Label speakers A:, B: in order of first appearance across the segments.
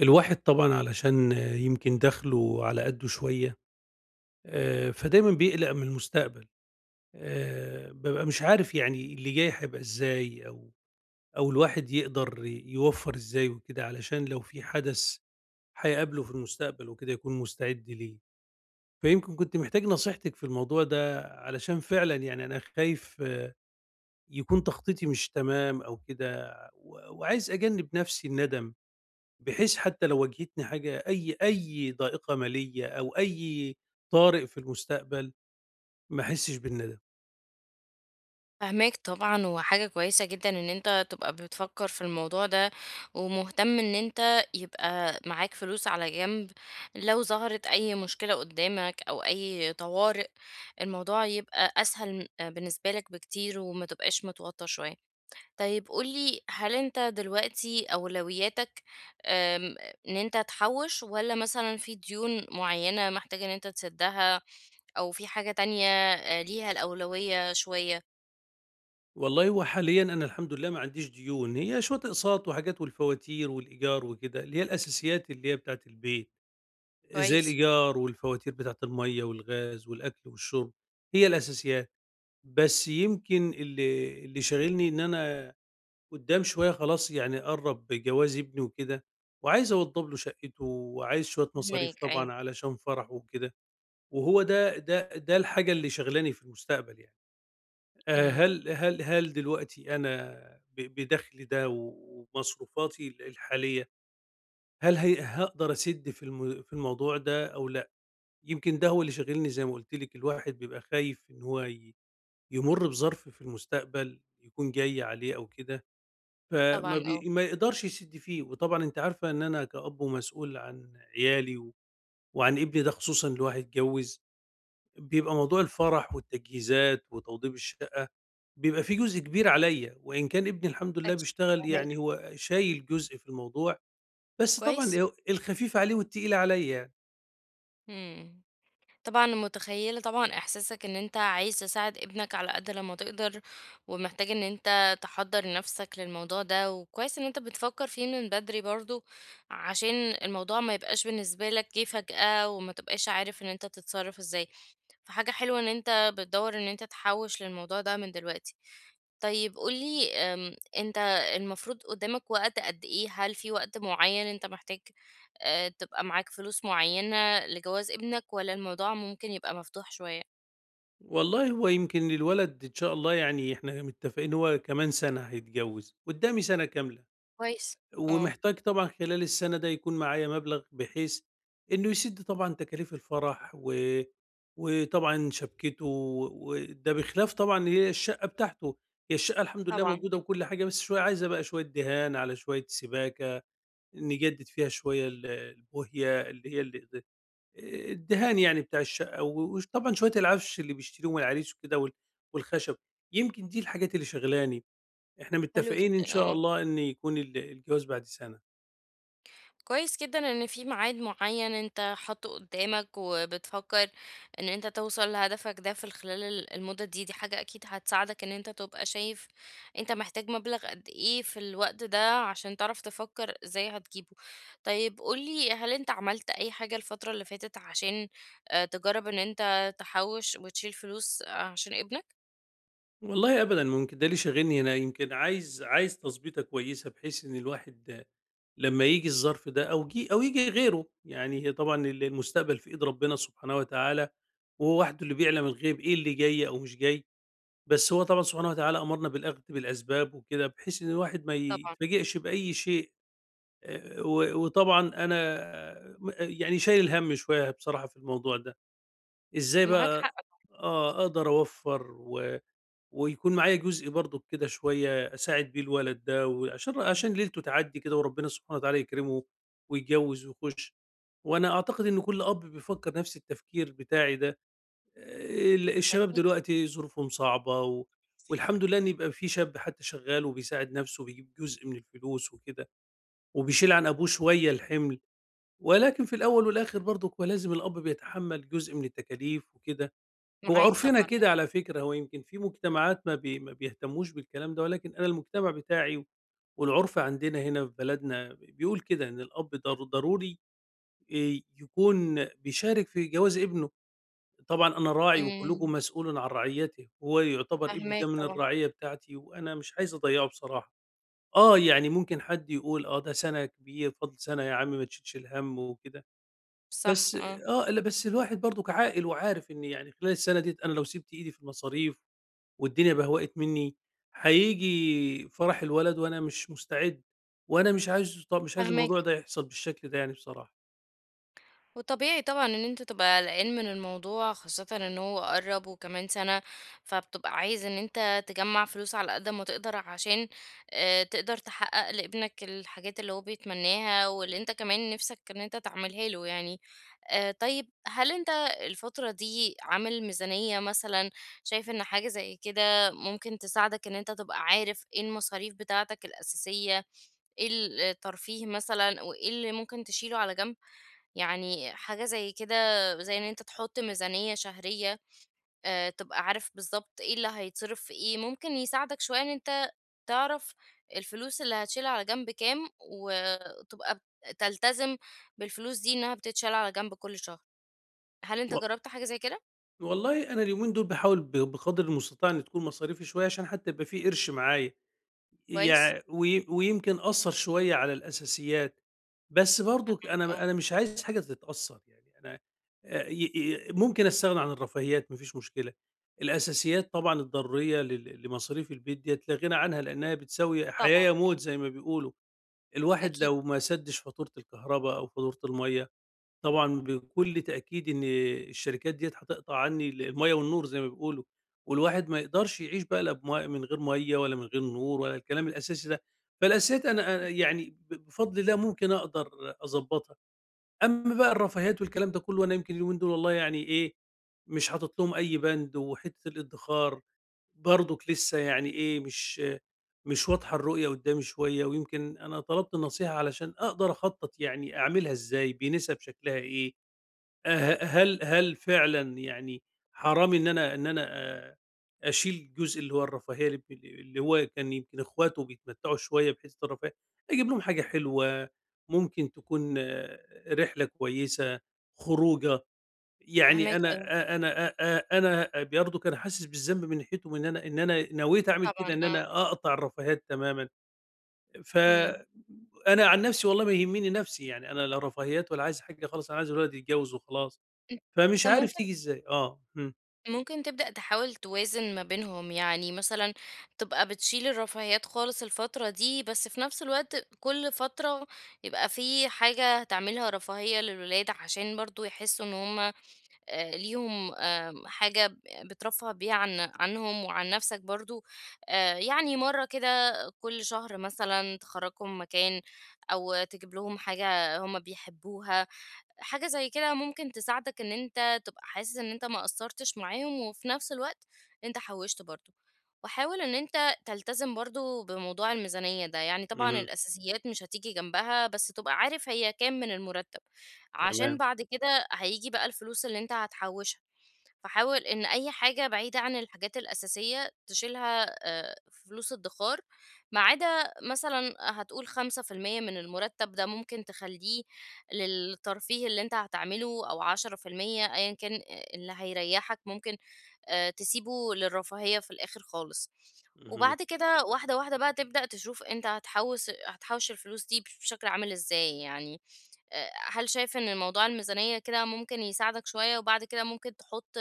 A: الواحد طبعًا علشان يمكن دخله على قدّه شوية، فدايمًا بيقلق من المستقبل، بابقى مش عارف يعني اللي جاي هيبقى إزاي أو الواحد يقدر يوفّر إزاي وكده، علشان لو في حدث هيقابله في المستقبل وكده يكون مستعد ليه. فيمكن كنت محتاج نصيحتِك في الموضوع ده، علشان فعلًا يعني أنا خايف آه، يكون تخطيطي مش تمام أو كده، و وعايز أجنّب نفسي الندم. بحيث حتى لو واجهتني حاجة أي ضائقة مالية أو أي طارئ في المستقبل ما أحسش بالندم.
B: فاهماك طبعًا، وحاجة كويسة جدًا إن أنت تبقى بتفكّر في الموضوع ده، ومهتم إن أنت يبقى معاك فلوس على جنب لو ظهرت أي مشكلة قدّامك أو أي طوارئ، الموضوع يبقى أسهل بالنسبة لك بكتير وما تبقاش متوتّر شوية. طيب قُل لي هل أنت دلوقتي أولوياتك آمم إن أنت تحوّش والّا مثلًا في ديون معيّنة محتاج إن أنت تسدّها أو في حاجة تانية ليها الأولوية شوية؟
A: والله هو حاليًا أنا الحمد لله ما عنديش ديون، هي شوية أقساط وحاجات والفواتير والإيجار وكده، اللي هي الأساسيات اللي هي بتاعة البيت، زي
B: كويس.
A: الإيجار والفواتير بتاعة المَيّة والغاز والأكل والشرب، هي الأساسيات. بس يمكن اللي شاغلني إن أنا قدّام شوية خلاص يعني قرّب جواز ابني وكده، وعايز أوضّب له شقته وعايز شوية مصاريف
B: فاهماك
A: طبعًا
B: أيوه،
A: علشان فرحه وكده، وهو ده الحاجة اللي شاغلاني في المستقبل يعني.
B: إمم،
A: هل دلوقتي أنا بدخلي ده ومصروفاتي الحالية، هل هي هاقدر أسِد في في الموضوع ده أو لأ؟ يمكن ده هو اللي شاغلني زي ما قُلت لِك، الواحد بيبقى خايف إن هو يمُر بظرف في المستقبل يكون جاي عليه أو كده. فما
B: طبعًا
A: بي
B: آه،
A: ما يقدرش يسِد فيه، وطبعًا أنتِ عارفة إن أنا كأب ومسؤول عن عيالي وعن ابني ده خصوصًا اللي هو هيتجوّز، بيبقى موضوع الفرح والتجهيزات وتوضيب الشقة، بيبقى فيه جزء كبير عليّا، وإن كان ابني الحمد لله
B: أكيد
A: بيشتغل
B: فاهماك،
A: يعني هو شايل جزء في الموضوع، بس طبعًا
B: كويس،
A: الخفيف عليه والتقيل عليّا يعني.
B: إمم، طبعًا متخيّلة طبعًا إحساسك إن أنت عايز تساعد ابنك على قد لمّا تقدر، ومحتاج إن أنت تحضّر نَفْسك للموضوع ده، وكويس إن أنت بتفكّر فيه من بدري برضه، عشان الموضوع ما يبقاش بالنسبة لك جِه فجأة، وما تبقاش عارف إن أنت تتصرّف إزاي، فحاجة حلوة إن أنت بتدوّر إن أنت تحوّش للموضوع ده من دلوقتي. طيب قُل لي أنت المفروض قدّامك وقت قد إيه؟ هل في وقت معيّن أنت محتاج تبقى معاك فلوس معيّنة لجواز ابنك والّا الموضوع ممكن يبقى مفتوح شوية؟
A: والله هو يمكن الولد إن شاء الله يعني إحنا متّفقين هو كمان سَنة هيتجوّز، قدّامي سَنة كاملة.
B: كويس، آه،
A: ومحتاج طبعًا خلال السنة ده يكون معايا مبلغ بحيث إنه يسِد طبعًا تكاليف الفرح وطبعًا شبكته، وده بخلاف طبعًا هي الشقة بتاعته، هي الشقة الحمد لله
B: طبعًا،
A: موجودة وكل حاجة، بس شوية عايزة بقى شوية دهان، على شوية سباكة، نجدد فيها شوية البوهية اللي هي ال د الدهان يعني بتاع الشقة وطبعًا شوية العفش اللي بيشتريهم العريس وكده والخشب، يمكن دي الحاجات اللي شاغلاني. إحنا
B: حلو
A: متفقين
B: جدًا،
A: إن شاء
B: آه.
A: الله إن يكون الجواز بعد سنة.
B: كويس جدًا إن في ميعاد معين أنت حاطه قدامك، وبتفكر إن أنت توصل لهدفك ده في خلال المدة دي، دي حاجة أكيد هتساعدك إن أنت تبقى شايف أنت محتاج مبلغ قد إيه في الوقت ده، عشان تعرف تفكر إزاي هتجيبه. طيب قُل لي هل أنت عملت أي حاجة الفترة اللي فاتت عشان تجرّب إن أنت تحوّش وتشيل فلوس عشان ابنك؟
A: والله أبدًا، ممكن ده اللي شاغلني أنا يمكن عايز تضبيطة كويسة، بحيث إن الواحد لمّا ييجي الظرف ده أو جه أو ييجي غيره، يعني هي طبعًا المستقبل في إيد ربنا سبحانه وتعالى، وهو وحده اللي بيعلم الغيب إيه اللي جاي أو مش جاي، بس هو طبعًا سبحانه وتعالى أمرنا بالأخذ بالأسباب وكده، بحيث إن الواحد ما
B: طبعًا.
A: يتفاجئش بأي شيء. وطبعًا أنا آه، يعني شايل الهَم شوية بصراحة في الموضوع ده، إزاي
B: معاك حق
A: بقى آه، أقدر أوفّر ويكون معايا جزء برضه كده شوية أساعد بيه الولد ده وعشان ليلته تعدي كده وربنا سبحانه وتعالى يكرمه ويتجوز ويخش. وانا اعتقد ان كل اب بيفكر نفس التفكير بتاعي ده. آه، الشباب
B: أكيد،
A: دلوقتي ظروفهم صعبة والحمد لله ان يبقى في شاب حتى شغال وبيساعد نفسه وبيجيب جزء من الفلوس وكده وبيشيل عن ابوه شوية الحمل. ولكن في الاول والاخر برضه هو لازم الاب بيتحمل جزء من التكاليف وكده. هو
B: معاك
A: عُرفنا
B: طبعًا.
A: كده على فكرة، هو يمكن في مجتمعات ما بيهتموش بالكلام ده، ولكن أنا المجتمع بتاعي والعُرف عندنا هنا في بلدنا بيقول كده إن الأب ضروري يكون بيشارك في جواز ابنه، طبعًا أنا راعي
B: إمم،
A: وكلّكم مسؤول عن رعيته، هو يُعتبر ابني ده
B: فاهماك
A: من
B: طبعًا،
A: الرعية بتاعتي وأنا مش عايز أضيّعه بصراحة. آه، يعني ممكن حد يقول آه ده سَنة كبير، فاضل سَنة يا عم ما تشيلش الهَم وكده،
B: صح،
A: بس
B: آه،
A: آه، لأ بس الواحد برضُك عاقل وعارف إن يعني خلال السَنة ديّة أنا لو سِبت إيدي في المصاريف والدنيا بهوأت منّي، هييجي فرح الولد وأنا مش مستعد، وأنا مش عايز مش عايز الموضوع
B: فاهماك.
A: ده يحصل بالشكل ده يعني بصراحة.
B: وطبيعي طبعًا إن أنت تبقى قلقان من الموضوع، خاصةً إن هو قرّب وكمان سَنة، فبتبقى عايز إن أنت تجمّع فلوس على قد ما تقدر عشان تقدر تحقّق لابنك الحاجات اللي هو بيتمناها واللي أنت كمان نِفْسك إن أنت تعملها له يعني. طيب هل أنت الفترة دي عامل ميزانية مثلًا، شايف إن حاجة زي كده ممكن تساعدك إن أنت تبقى عارف إيه المصاريف بتاعتك الأساسية، إيه الترفيه مثلًا وإيه اللي ممكن تشيله على جنب؟ يعني حاجة زي كده زي إن أنت تحط ميزانية شهرية تبقى عارف بالضبط إيه اللي هيتصرف في إيه، ممكن يساعدك شوية إن أنت تعرف الفلوس اللي هتشيلها على جنب كام، وتبقى تلتزم بالفلوس دي إنها بتتشال على جنب كل شهر. هل
A: و
B: أنت جربت حاجة زي كده؟
A: والله أنا اليومين دول باحاول بقدر المستطاع إن تكون مصاريفي شوية عشان حتى يبقى في قرش معايا.
B: كويس،
A: يع وي ويمكن أثّر شوية على الأساسيات، بس برضُك
B: فاهماك
A: أنا
B: آه،
A: أنا مش عايز حاجة تتأثّر، يعني أنا ي ي ممكن أستغنى عن الرفاهيات ما فيش مشكلة، الأساسيات طبعًا الضرورية لمصاريف البيت ديّة لا غنى عنها لإنّها بتساوي حياة
B: طبعًا
A: يا
B: آه،
A: موت زي ما بيقولوا، الواحد
B: أكيد،
A: لو ما سدّش فاتورة الكهربا أو فاتورة المَيّة. طبعًا بكل تأكيد إن الشركات ديّة هتقطع عني المَيّة والنور زي ما بيقولوا، والواحد ما يقدرش يعيش بقى لا بم من غير مَيّة ولا من غير نور ولا الكلام الأساسي ده، فالأساسيات أنا
B: أكيد
A: يعني بفضل الله ممكن أقدر أضبّطها. أمّا بقى الرفاهيات والكلام ده كله أنا يمكن اليومين دول والله يعني إيه، مش حاطط لهم أي بند، وحتّة الادّخار برضُك لسه يعني إيه، مش واضحة الرؤية قدّامي شوية، ويمكن أنا طلبت النصيحة علشان أقدر أخطّط يعني أعملها إزاي، بنسب شكلها إيه، أه هل فعلًا يعني حرام إن أنا أشيل الجزء اللي هو الرفاهية اللي هو كان يمكن إخواته بيتمتعوا شوية بحتة الرفاهية، أجيب لهم حاجة حلوة، ممكن تكون آه، رحلة كويسة، خروجة، يعني
B: فاهماك
A: أنا
B: أيوه،
A: أ أنا أ أ أنا برضك أنا حاسس بالذنب من ناحيتهم إن أنا نويت أعمل
B: طبعًا
A: كده إن
B: آه،
A: أنا أقطع الرفاهيات تمامًا، ف
B: إمم.
A: أنا عن نفسي والله ما يهمني نفسي، يعني أنا لا رفاهيات ولا عايز حاجة خالص، أنا عايز الولد يتجوز وخلاص.
B: أنت
A: فمش عارف
B: ممكن
A: تيجي إزاي، آه، إمم،
B: تبدأ تحاول توازن ما بينهم يعني مثلا تبقى بتشيل الرفاهيات خالص الفترة دي بس في نفس الوقت كل فترة يبقى في حاجة هتعملها رفاهية للولاد عشان برضو يحسوا ان هما آه، ليهم آه، بترفه بيها عنهم وعن نفسك برضو آه، يعني مرة كده كل شهر مثلا تخرجهم مكان او تجيب لهم حاجة هما بيحبوها حاجة زي كده ممكن تساعدك إن أنت تبقى حاسس إن أنت ما قصّرتش معاهم، وفي نفس الوقت أنت حوّشت برضه. وحاول إن أنت تلتزم برضه بموضوع الميزانية ده، يعني طبعًا
A: اهم،
B: الأساسيات مش هتيجي جنبها، بس تبقى عارف هي كام من المُرتّب، عشان
A: تمام،
B: بعد كده هييجي بقى الفلوس اللي أنت هتحوّشها. فحاول إن أي حاجة بعيدة عن الحاجات الأساسية تشيلها آه، في فلوس الادخار ما عدا مثلا هتقول 5% من المرتب ده ممكن تخليه للترفيه اللي انت هتعمله أو 10% أيا كان اللي هيريحك ممكن آه، تسيبه للرفاهية في الآخر خالص
A: اهم.
B: وبعد كده واحدة واحدة بقى تبدأ تشوف انت هتحوش الفلوس دي بشكل عامل ازاي يعني هل شايف إن موضوع الميزانية كده ممكن يساعدك شوية وبعد كده ممكن تحُط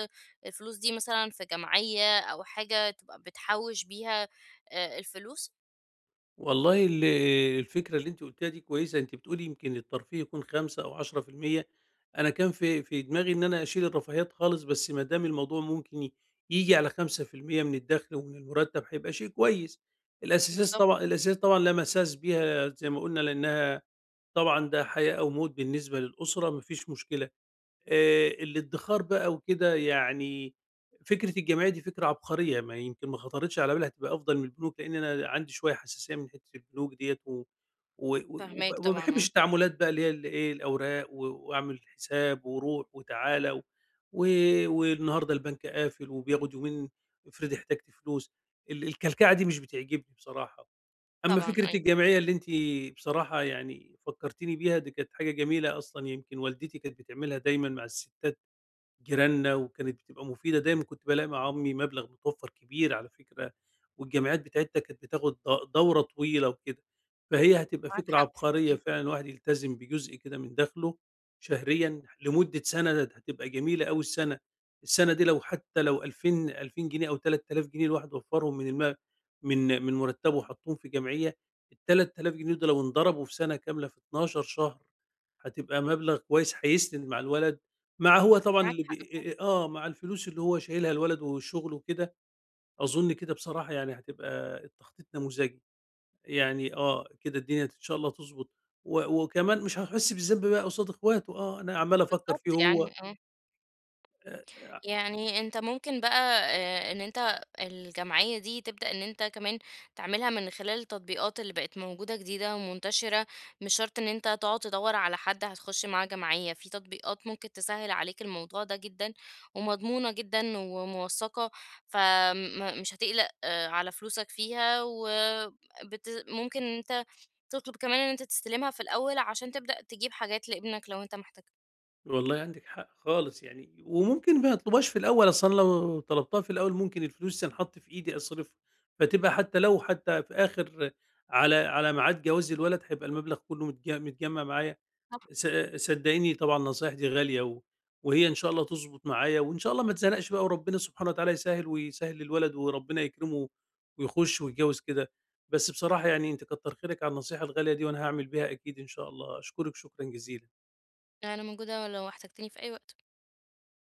B: الفلوس دي مثلًا في جمعية أو حاجة تبقى بتحوّش بيها الفلوس؟
A: والله الفكرة اللي أنتِ قُلتيها دي كويسة، أنتِ بتقولي يمكن الترفيه يكون 5 أو 10%. أنا كان في دماغي إن أنا أشيل الرفاهيات خالص، بس ما دام الموضوع ممكن ييجي على 5% من الدخل ومن المرتب هيبقى شيء كويس. الأساسيات
B: بالضبط،
A: طبعًا الأساسيات طبعًا لا مساس بيها زي ما قُلنا، لأنها طبعًا ده حياة أو موت بالنسبة للأسرة، ما فيش مشكلة. الادّخار بقى وكده يعني فكرة الجمعية دي فكرة عبقرية، ما يمكن ما خطرِتش على بالها، هتبقى أفضل من البنوك، لإن أنا عندي شوية حساسية من حتّة البنوك ديّة و و و وب
B: فاهماك
A: وما
B: طبعًا
A: باحبّش
B: آه،
A: التعاملات بقى اللي هي ال إيه، الأوراق وأعمل حساب وروح وتعالَ و والنهارده البنك قافل وبياخُد يومين. افرضي احتجت فلوس، الكلكعة دي مش بتعجبني بصراحة. أمّا
B: طبعًا
A: فكرة
B: أيوه،
A: الجمعية اللي أنتِ بصراحة يعني فكّرتيني بيها، دي كانت حاجة جميلة أصلًا، يمكن والدتي كانت بتعملها دايمًا مع الستات جيراننا، وكانت بتبقى مفيدة دايمًا كنت بالاقي مع عمي مبلغ متوفّر كبير على فكرة، والجمعيات بتاعتها كانت بتاخد دورة طويلة وكده، فهي هتبقى
B: معاك
A: فكرة
B: حق،
A: عبقرية
B: إمم،
A: فعلًا الواحد يلتزم بجزء كده من دخله شهريًا لمدة سنة، ده هتبقى جميلة أوي السنة، السنة دي لو حتى لو 2000 جنيه أو 3000 جنيه الواحد وفّرهم من الم من من مرتبه وحطّهم في جمعية، ال3000 جنيه دول لو انضربوا في سنة كاملة في 12 شهر، هتبقى مبلغ كويس هيسند مع الولد، هو طبعًا
B: معاك
A: اللي بي
B: حق
A: إيه، إيه، آه، مع الفلوس اللي هو شايلها الولد والشغل وكده، أظن كده بصراحة يعني هتبقى التخطيط نموذجي، يعني آه، كده الدنيا إن شاء الله تضبط، وكمان مش هيحس بالذنب بقى قصاد إخواته، آه، أنا عمّال أفكّر
B: بالضبط
A: فيه
B: يعني،
A: هو.
B: آه.
A: آآ،
B: يعني أنت ممكن بقى إن أنت الجمعية دي تبدأ إن أنت كمان تعملها من خلال التطبيقات اللي بقت موجودة جديدة ومنتشرة، مش شرط إن أنت تقعد تدوّر على حد هتخش معاه جمعية، في تطبيقات ممكن تسهّل عليك الموضوع ده جدًا ومضمونة جدًا وموثّقة، مش هتقلق آه، على فلوسك فيها و بت ممكن إن أنت تطلب كمان إن أنت تستلمها في الأول عشان تبدأ تجيب حاجات لابنك لو أنت محتاجها.
A: والله عندِك حق خالص يعني، وممكن ما يطلبهاش في الأول، أصل أنا لو طلبتها في الأول ممكن الفلوس تنحط في إيدي أصرفها، فتبقى حتى لو حتى في آخر على ميعاد جواز الولد هيبقى المبلغ كلّه متجمّع معايا.
B: طبعًا.
A: ص صدّقيني طبعًا النصايح دي غالية وهي إن شاء الله تضبط معايا وإن شاء الله ما اتزنقش بقى وربنا سبحانه وتعالى يسهّل ويسهّل للولد وربنا يكرمه ويخُش ويتجوّز كده. بس بصراحة يعني أنتِ كتّر خيرِك على النصيحة الغالية دي وأنا هاعمل بيها أكيد إن شاء الله. أشكرِك شكرًا جزيلًا.
B: أنا موجودة لو احتجتني في أي وقت.